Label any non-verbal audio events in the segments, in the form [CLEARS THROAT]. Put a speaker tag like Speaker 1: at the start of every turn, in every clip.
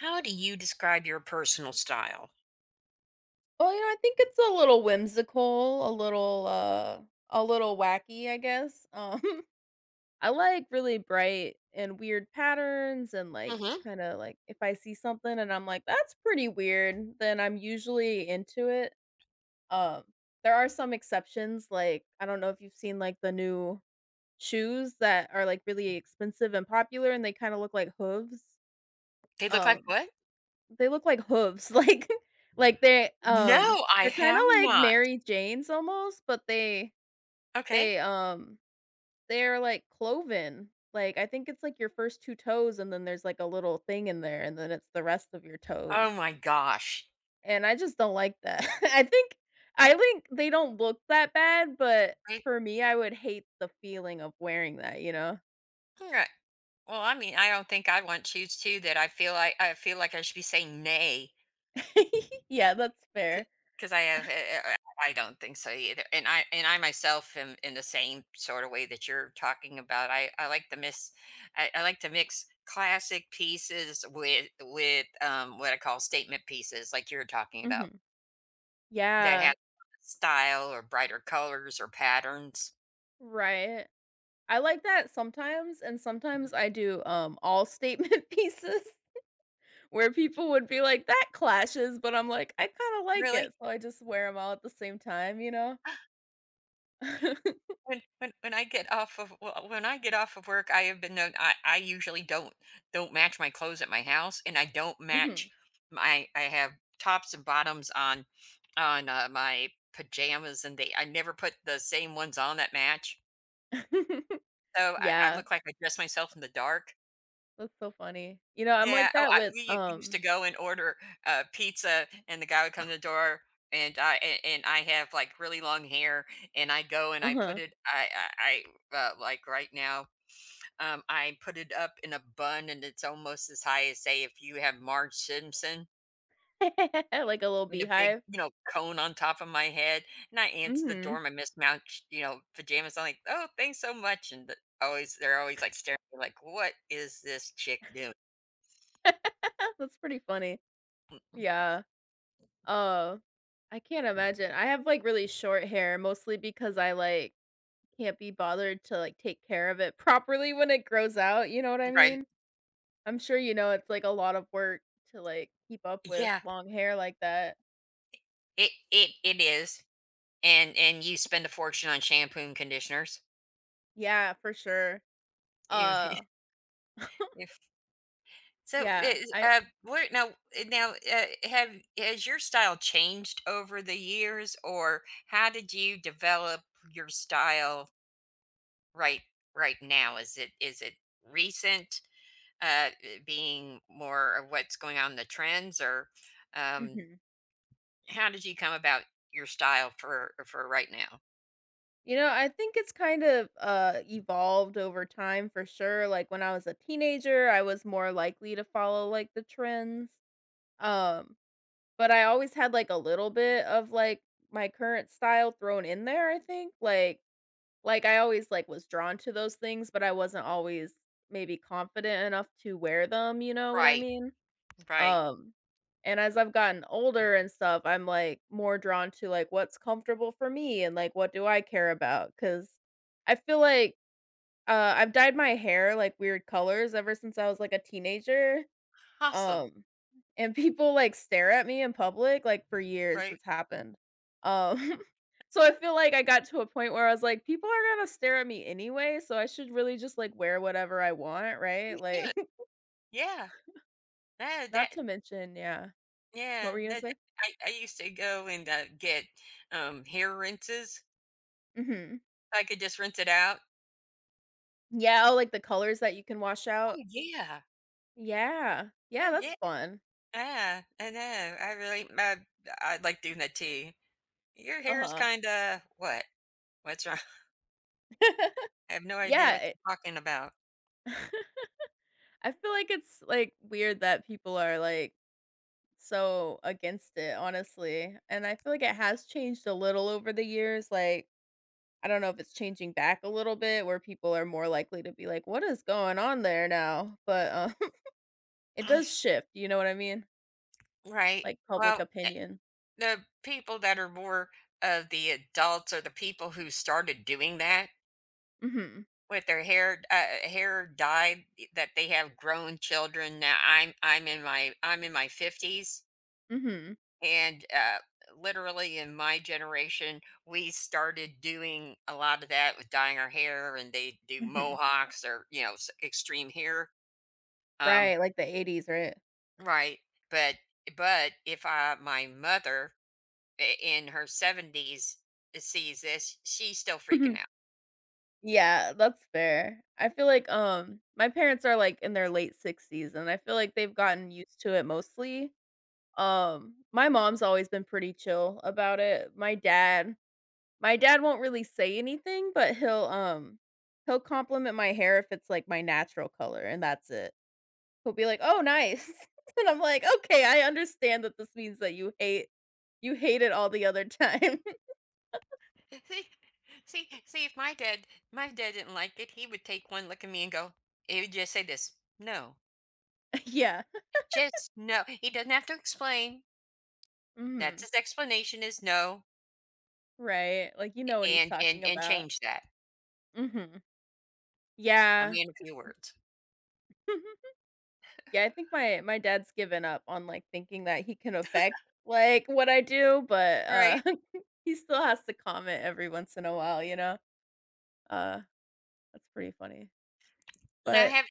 Speaker 1: How do you describe your personal style?
Speaker 2: Well, you know, I think it's a little whimsical, a little wacky, I guess. [LAUGHS] I like really bright and weird patterns and like just
Speaker 1: Mhm.
Speaker 2: kind of like if I see something and I'm like that's pretty weird, then I'm usually into it. Um there are some exceptions like I don't know if you've seen like the new shoes that are like really expensive and popular and they kind of look like hooves.
Speaker 1: They look like
Speaker 2: Um
Speaker 1: what?
Speaker 2: they look like hooves, [LAUGHS] like like
Speaker 1: No, I
Speaker 2: they're kinda
Speaker 1: have
Speaker 2: like
Speaker 1: not.
Speaker 2: Mary Janes almost, but they
Speaker 1: Okay.
Speaker 2: they, um they're, like, cloven. Like, I think it's, like, your first 2 toes and then there's, like, a little thing in there and then it's the rest of your
Speaker 1: Oh
Speaker 2: toes,
Speaker 1: my gosh.
Speaker 2: and I just don't like that. [LAUGHS] I think they don't look that bad, but
Speaker 1: Right.
Speaker 2: for me, I would hate the feeling of wearing that, you know?
Speaker 1: All right. Well, I mean, I don't think I want shoes too that I feel like I should be saying nay
Speaker 2: [LAUGHS] Yeah, that's fair.
Speaker 1: because I have eh, eh, I don't think so either. And I myself am in the same sort of way that you're talking about. I like to mix classic pieces with with what I call statement pieces like you're talking about.
Speaker 2: Mhm.
Speaker 1: That has
Speaker 2: Yeah,
Speaker 1: style or brighter colors or patterns.
Speaker 2: right. I like that sometimes, and sometimes I do, all statement [LAUGHS] pieces where people would be like, "That clashes," but I'm like, "I kinda like
Speaker 1: Really?
Speaker 2: it," so I just wear them all at the same time, you know?
Speaker 1: [GASPS]
Speaker 2: [LAUGHS]
Speaker 1: When I get off of w when I get off of work, I have been known I usually don't match my clothes at my house, and I don't
Speaker 2: Mhm.
Speaker 1: match my I have tops and bottoms on my pajamas, and they I never put the same ones on that match.
Speaker 2: [LAUGHS]
Speaker 1: So I
Speaker 2: Yeah,
Speaker 1: look like I dress myself in the dark.
Speaker 2: that's so funny. You know, I'm
Speaker 1: Yeah,
Speaker 2: like
Speaker 1: oh,
Speaker 2: that
Speaker 1: I
Speaker 2: with,
Speaker 1: we u used to go and order, pizza, and the guy would come to the door, and I a- and I have, like, really long hair, and I go and I put
Speaker 2: uh-huh.
Speaker 1: it I I Like, right now, I put it up in a bun, and it's almost as high as, say, if you have Marge Simpson
Speaker 2: [LAUGHS] Like a little
Speaker 1: and a big,
Speaker 2: beehive?
Speaker 1: you know, cone on top of my head, and I answer the door
Speaker 2: Mhm.
Speaker 1: in my mismatched, you know, pajamas, I'm like, "Oh, thanks so much," and they're always, like, staring at me like, "What is this chick doing?"
Speaker 2: [LAUGHS] That's pretty funny. Yeah. Oh, I can't imagine. I have, like, really short hair mostly because I, like, can't be bothered to, like, take care of it [LAUGHS] properly when it grows out, you know what I
Speaker 1: Right.
Speaker 2: mean? I'm sure you know it's, like, a lot of work to, like, keep up with
Speaker 1: Yeah.
Speaker 2: long hair like that.
Speaker 1: It is, and you spend a fortune on shampoo and conditioners.
Speaker 2: Yeah, for sure.
Speaker 1: You
Speaker 2: Uh,
Speaker 1: [LAUGHS]
Speaker 2: [LAUGHS]
Speaker 1: if so,
Speaker 2: yeah,
Speaker 1: is,
Speaker 2: I
Speaker 1: where now eh, now have Has your style changed over the years, or how did you develop your style right right now? Is it recent, being more of what's going on in the trends, or um,
Speaker 2: mhm.
Speaker 1: how did you come about your style for right now?
Speaker 2: You know, I think it's kind of, evolved over time for sure, like, when I was a teenager, I was more likely to follow, like, the trends, um, but I always had, like, a little bit of, like, my current style thrown in there, I think, like, I always, like, was drawn to those things, but I wasn't always maybe confident enough to wear them, you know what I
Speaker 1: Right,
Speaker 2: mean?
Speaker 1: right,
Speaker 2: Um, and as I've gotten older and stuff, I'm, like, more drawn to, like, what's comfortable for me and, like, what do I care about? Because I feel like, I've dyed my hair, like, weird colors ever since I was, like, a teenager.
Speaker 1: awesome,
Speaker 2: Um, and people, like, stare at me in public, like, for years
Speaker 1: right.
Speaker 2: it's happened. Um, [LAUGHS] so I feel like I got to a point where I was like, "People are gonna stare at me anyway, so I should really just, like, wear whatever I want,"
Speaker 1: You
Speaker 2: right?
Speaker 1: should.
Speaker 2: Like, [LAUGHS]
Speaker 1: Yeah. No,
Speaker 2: not
Speaker 1: that
Speaker 2: to mention yeah. What
Speaker 1: yeah,
Speaker 2: were you gonna
Speaker 1: no, that
Speaker 2: say?
Speaker 1: I used to go and, get, hair rinses.
Speaker 2: Mhm.
Speaker 1: I could just rinse it out.
Speaker 2: Yeah, oh, like, the colors that you can wash out?
Speaker 1: Oh, yeah.
Speaker 2: Yeah. Yeah,
Speaker 1: Oh,
Speaker 2: that's
Speaker 1: yeah.
Speaker 2: fun.
Speaker 1: Yeah, I know. I really I like doing that too. "Your hair is
Speaker 2: Uh-huh.
Speaker 1: kinda what? What's wrong?" [LAUGHS]
Speaker 2: [LAUGHS]
Speaker 1: I have no idea
Speaker 2: Yeah,
Speaker 1: what
Speaker 2: it
Speaker 1: you're talking about.
Speaker 2: [LAUGHS] I feel like it's, like, weird that people are like so against it, honestly. And I feel like it has changed a little over the years. Like, I don't know if it's changing back a little bit where people are more likely to be like, what is going on there now? But [LAUGHS] it does
Speaker 1: [CLEARS THROAT]
Speaker 2: shift. You know what I mean?
Speaker 1: Right.
Speaker 2: Like public
Speaker 1: Well,
Speaker 2: opinion.
Speaker 1: the people that are more of the adults are the people who started doing that.
Speaker 2: Mm hmm.
Speaker 1: With their hair hair dyed that they have grown children now, I'm in my 50s,
Speaker 2: Mm
Speaker 1: and, literally in my generation, we started doing a lot of that with dyeing our hair, and they do
Speaker 2: hmm. Mm hmm.
Speaker 1: mohawks or, you know, s extreme hair, um
Speaker 2: Right. Like the 80s, right?
Speaker 1: right, but if, I, my mother I in her 70s sees this, she's still freaking
Speaker 2: Mhm.
Speaker 1: out.
Speaker 2: Yeah, that's fair. I feel like my parents are like in their late 60s and I feel like they've gotten used to it mostly. My mom's always been pretty chill about it. My dad won't really say anything, but he'll, he'll compliment my hair if it's, like, my natural color, and that's it. He'll be like, "Oh, nice." [LAUGHS] And I'm like, "Okay, I understand that this means that you hate it all the other time."
Speaker 1: [LAUGHS] See, see. If my dad, my dad didn't like it, he would take one look at me and go. He would just say this: "No,
Speaker 2: [LAUGHS] Yeah.
Speaker 1: just no." He doesn't have to explain. That's
Speaker 2: Mhm.
Speaker 1: his explanation is no,
Speaker 2: Right, like, you know what he's
Speaker 1: and
Speaker 2: talking about.
Speaker 1: change that.
Speaker 2: Mhm.
Speaker 1: I
Speaker 2: Yeah.
Speaker 1: mean, a few words,
Speaker 2: [LAUGHS] Yeah, I think my dad's given up on, like, thinking that he can affect, like, what I do, but,
Speaker 1: right?
Speaker 2: [LAUGHS] he still has to comment every once in a while, you know? Uh, that's pretty funny.
Speaker 1: Now,
Speaker 2: But,
Speaker 1: have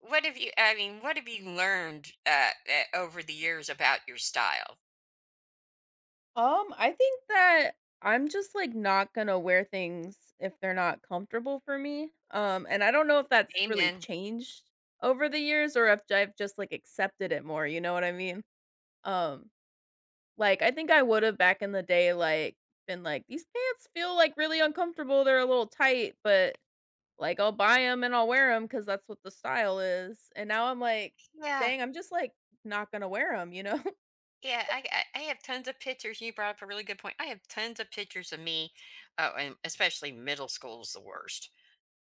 Speaker 1: what have you? I mean, what have you learned over the years about your style?
Speaker 2: I think that I'm just, like, not gonna wear things if they're not comfortable for me, and I don't know if that's really
Speaker 1: Amen.
Speaker 2: changed over the years or if I've just, like, accepted it more, you know what I mean? Um Like, I think I would have back in the day, like, been like, "These pants feel, like, really uncomfortable, they're a little tight, but, like, I'll buy them and I'll wear them because that's what the style is." And now I'm like,
Speaker 1: Yeah,
Speaker 2: "Dang, I'm just, like, not gonna wear them, you know? [LAUGHS]
Speaker 1: yeah. I have tons of pictures. You brought up a really good point. I have tons of pictures of me, and especially middle school is the worst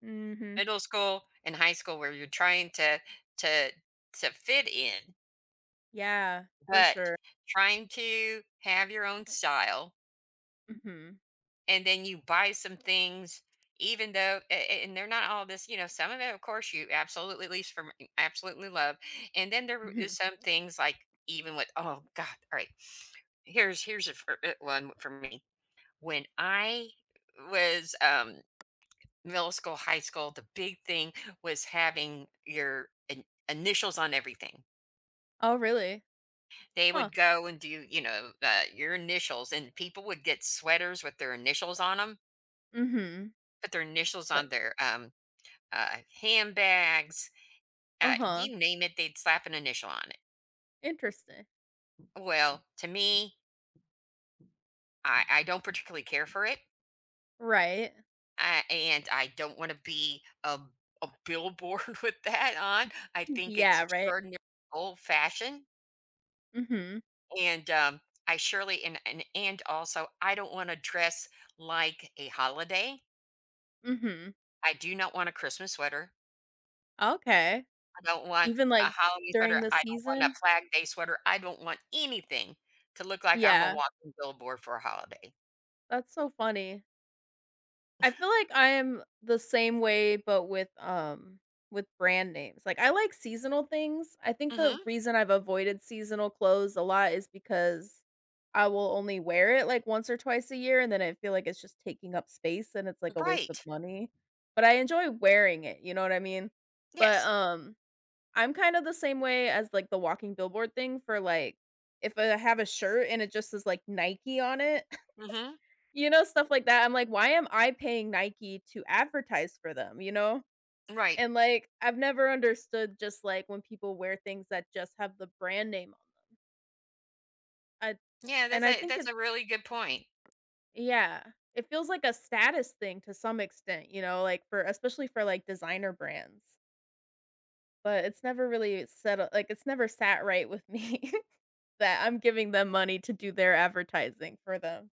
Speaker 2: Mhm.
Speaker 1: middle school and high school where you're trying to to fit in,
Speaker 2: Yeah, for
Speaker 1: but
Speaker 2: sure.
Speaker 1: trying to have your own style,
Speaker 2: Mhm.
Speaker 1: and then you buy some things, even though a- and they're not all this, you know, some of it, of course, you absolutely, at least from absolutely love, and then there is
Speaker 2: Mhm.
Speaker 1: some things like even with oh god, all right, here's one for me when I was middle school, high school, the big thing was having your initials on everything.
Speaker 2: Oh, really?
Speaker 1: They
Speaker 2: Huh.
Speaker 1: would go and do, you know, your initials, and people would get sweaters with their initials on them,
Speaker 2: Mhm.
Speaker 1: put their initials on
Speaker 2: Like
Speaker 1: their handbags,
Speaker 2: uh-huh.
Speaker 1: you name it, they'd slap an initial on it.
Speaker 2: Interesting.
Speaker 1: Well, to me, I don't particularly care for it.
Speaker 2: Right.
Speaker 1: And I don't want to be a billboard [LAUGHS] with that on. I think it's
Speaker 2: Yeah, right.
Speaker 1: extraordinary old fashioned.
Speaker 2: Mhm.
Speaker 1: And I surely and, also I don't want to dress like a holiday.
Speaker 2: Mhm.
Speaker 1: I do not want a Christmas sweater.
Speaker 2: Okay.
Speaker 1: I don't want
Speaker 2: Even,
Speaker 1: a
Speaker 2: like,
Speaker 1: holiday
Speaker 2: during
Speaker 1: sweater.
Speaker 2: the
Speaker 1: I don't want
Speaker 2: season?
Speaker 1: a flag day sweater. I don't want anything to look like I'm a
Speaker 2: Yeah.
Speaker 1: walking billboard for a holiday.
Speaker 2: That's so funny. I feel like I am the same way, but with brand names. Like, I like seasonal things. I think the
Speaker 1: Hmm.
Speaker 2: reason I've avoided seasonal clothes a lot is because I will only wear it, like, once or twice a year, and then I feel like it's just taking up space and it's, like, a waste of
Speaker 1: Right.
Speaker 2: money, but I enjoy wearing it, you know what I mean? But,
Speaker 1: Yes.
Speaker 2: I'm kind of the same way as, like, the walking billboard thing for, like, if I have a shirt and it just is like, Nike on it,
Speaker 1: Hmm.
Speaker 2: you know, stuff like that. I'm like, "Why am I paying Nike to advertise for them?" You know?
Speaker 1: Right.
Speaker 2: And, like, I've never understood just, like, when people wear things that just have the brand name on I
Speaker 1: Yeah,
Speaker 2: and
Speaker 1: that's
Speaker 2: I think
Speaker 1: a
Speaker 2: it's
Speaker 1: really good point.
Speaker 2: yeah. It feels like a status thing to some extent, you know, like, for especially for, like, designer brands, but it's never really settled. Like, it's never sat right with me [LAUGHS] that I'm giving them money to do their advertising for them.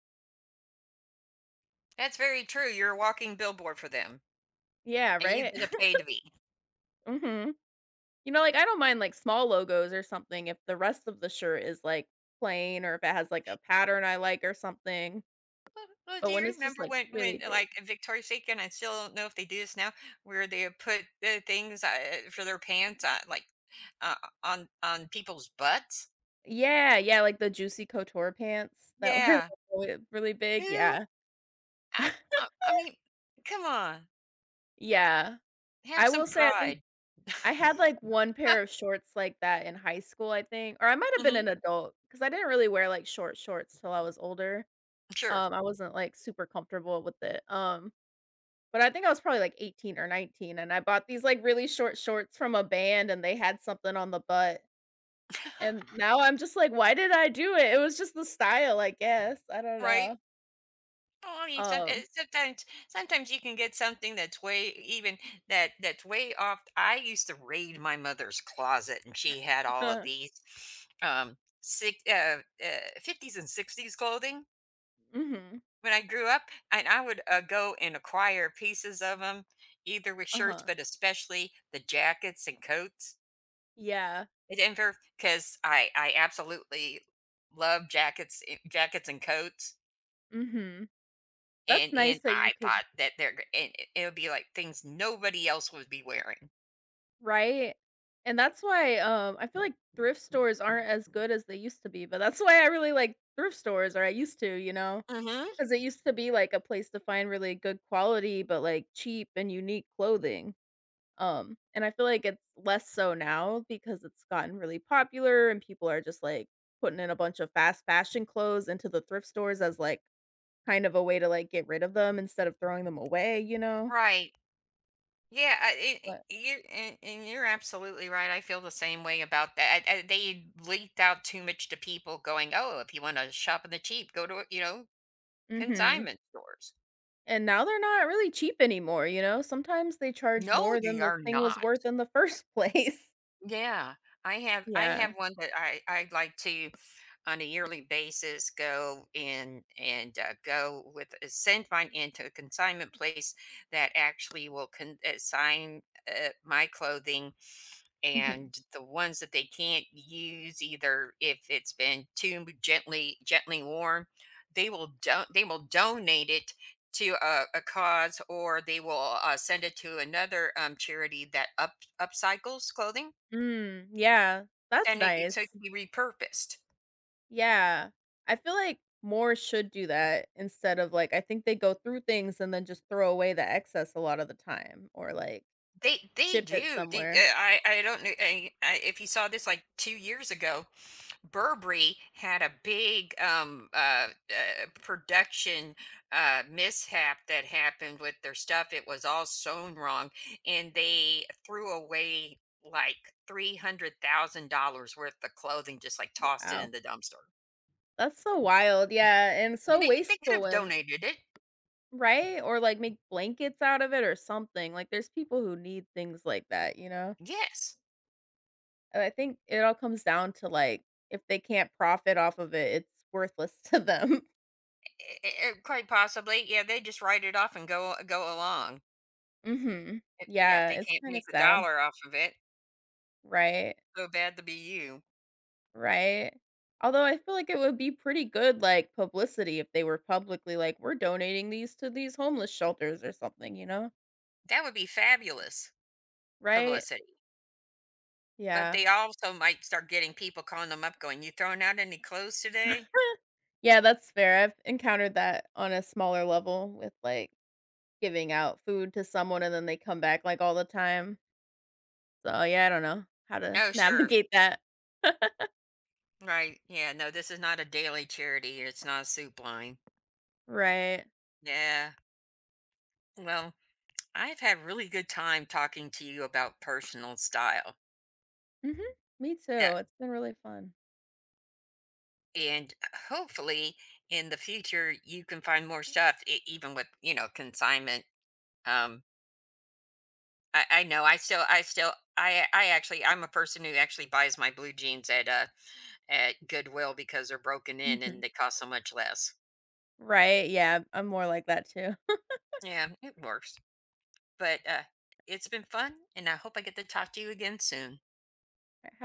Speaker 1: That's very true. You're a walking billboard for them,
Speaker 2: Yeah,
Speaker 1: and you
Speaker 2: right?
Speaker 1: get a pay to be.
Speaker 2: [LAUGHS] Mhm. You know, like, I don't mind, like, small logos or something if the rest of the shirt is, like, plain or if it has, like, a pattern I like or something,
Speaker 1: Well,
Speaker 2: but
Speaker 1: do you
Speaker 2: when it's just,
Speaker 1: remember
Speaker 2: like,
Speaker 1: when
Speaker 2: really big
Speaker 1: like, Victoria's Secret, and I still don't know if they do this now, where they would put the things, for their pants on, like, uh, on people's butts?
Speaker 2: Yeah, yeah, like the Juicy Couture pants that were, [LAUGHS] like,
Speaker 1: Yeah.
Speaker 2: really big,
Speaker 1: Who
Speaker 2: yeah. [LAUGHS]
Speaker 1: I I mean, come on,
Speaker 2: Yeah.
Speaker 1: have
Speaker 2: I
Speaker 1: some
Speaker 2: will say I think
Speaker 1: pride.
Speaker 2: I had, like, 1 pair of shorts like that in high school, I think, or I might have been
Speaker 1: Mhm,
Speaker 2: an adult because I didn't really wear, like, short shorts till I was older.
Speaker 1: sure.
Speaker 2: I wasn't, like, super comfortable with it, but I think I was probably like 18 or 19, and I bought these, like, really short shorts from a band, and they had something on the butt, and
Speaker 1: [LAUGHS]
Speaker 2: now I'm just like, "Why did I do it?" It was just the style, I guess. I don't
Speaker 1: Right?
Speaker 2: know.
Speaker 1: Oh, I mean,
Speaker 2: Um
Speaker 1: sometimes you can get something that's way even that's way off. I used to raid my mother's closet, and she had all of
Speaker 2: [LAUGHS]
Speaker 1: these um six, uh, uh, 50s and 60s clothing
Speaker 2: Mhm.
Speaker 1: when I grew up, and I would go and acquire pieces of them, either with shirts,
Speaker 2: Uh-huh.
Speaker 1: but especially the jackets and coats.
Speaker 2: Yeah.
Speaker 1: It Denver, because I absolutely love jackets, jackets and coats.
Speaker 2: Mhm. That's
Speaker 1: And
Speaker 2: nice that you
Speaker 1: I
Speaker 2: could
Speaker 1: thought that they're g and it would be, like, things nobody else would be wearing.
Speaker 2: right? And that's why, I feel like thrift stores aren't as good as they used to be, but that's [LAUGHS] why I really like thrift stores, or I used to, you know,
Speaker 1: Mhm.
Speaker 2: because it used to be, like, a place to find really good quality, but, like, cheap and unique clothing. And I feel like it's less so now because it's gotten really popular and people are just like putting in a bunch of fast fashion clothes into the thrift stores as like kind of a way to like get rid of them instead of throwing them away, you know?
Speaker 1: Right. Yeah, I
Speaker 2: But
Speaker 1: you're and you're absolutely right, I feel the same way about that, and they leaked out too much to people going, "Oh, if you wanna shop in the cheap, go to," you know,
Speaker 2: mhm.
Speaker 1: consignment stores.
Speaker 2: And now they're not really cheap anymore, you know? Sometimes they charge
Speaker 1: No,
Speaker 2: more than
Speaker 1: they
Speaker 2: the
Speaker 1: are
Speaker 2: thing was worth
Speaker 1: not.
Speaker 2: in the first place. [LAUGHS]
Speaker 1: Yeah, I
Speaker 2: Yeah.
Speaker 1: have one that I like to on a yearly basis go in and go with send mine into a consignment place that actually will assign my clothing,
Speaker 2: Mhm.
Speaker 1: and the ones that they can't use, either if it's been too gently worn, they will don they will donate it to a cause, or they will send it to another charity that up upcycles clothing
Speaker 2: Mm, yeah, that's
Speaker 1: and it, so it
Speaker 2: nice.
Speaker 1: can be repurposed.
Speaker 2: Yeah. I feel like more should do that instead of like I think they go through things and then just throw away the excess a lot of the time or like
Speaker 1: They
Speaker 2: ship it
Speaker 1: do. They,
Speaker 2: somewhere.
Speaker 1: I don't know if you saw this like 2 years ago. Burberry had a big production mishap that happened with their stuff. It was all sewn wrong, and they threw away like $300,000 worth of clothing, just like tossed it
Speaker 2: Wow.
Speaker 1: in the dumpster.
Speaker 2: That's so wild. Yeah, and
Speaker 1: And
Speaker 2: so
Speaker 1: they could
Speaker 2: wasteful
Speaker 1: have
Speaker 2: when
Speaker 1: donated it.
Speaker 2: right? Or like make blankets out of it or something. Like there's people who need things like that, you know?
Speaker 1: Yes.
Speaker 2: And I think it all comes down to like if they can't profit off of it, it's worthless to them.
Speaker 1: Quite possibly, yeah, they just write it off and go along.
Speaker 2: [LAUGHS] Mhm.
Speaker 1: If yeah, if
Speaker 2: Yeah,
Speaker 1: they
Speaker 2: it's
Speaker 1: can't
Speaker 2: kind of
Speaker 1: make a
Speaker 2: sad.
Speaker 1: dollar off of it,
Speaker 2: Right.
Speaker 1: so bad to be you.
Speaker 2: Right? Although I feel like it would be pretty good, like, publicity if they were publicly like, "We're donating these to these homeless shelters," or something, you know?
Speaker 1: That would be fabulous
Speaker 2: Right?
Speaker 1: publicity, but
Speaker 2: Yeah.
Speaker 1: they also might start getting people calling them up going, "You throwing out any clothes today?"
Speaker 2: [LAUGHS] Yeah, that's fair. I've encountered that on a smaller level with, like, giving out food to someone and then they come back, like, all the time. So, yeah, I don't know how to
Speaker 1: Oh, sure.
Speaker 2: navigate that. [LAUGHS]
Speaker 1: Right. Yeah, no, this is not a daily charity. It's not a soup line.
Speaker 2: Right.
Speaker 1: Yeah. Well, I've had really good time talking to you about personal style,
Speaker 2: Mhm. Me too. It's been really fun.
Speaker 1: and hopefully in the future you can find more stuff even with, you know, consignment. Um I know I still I still I actually, I'm a person who actually buys my blue jeans at Goodwill because they're broken in
Speaker 2: Mhm.
Speaker 1: and they cost so much less.
Speaker 2: Right, yeah, I'm more like that too.
Speaker 1: Yeah, it works, but it's been fun and I hope I get to talk to you again soon.
Speaker 2: [LAUGHS]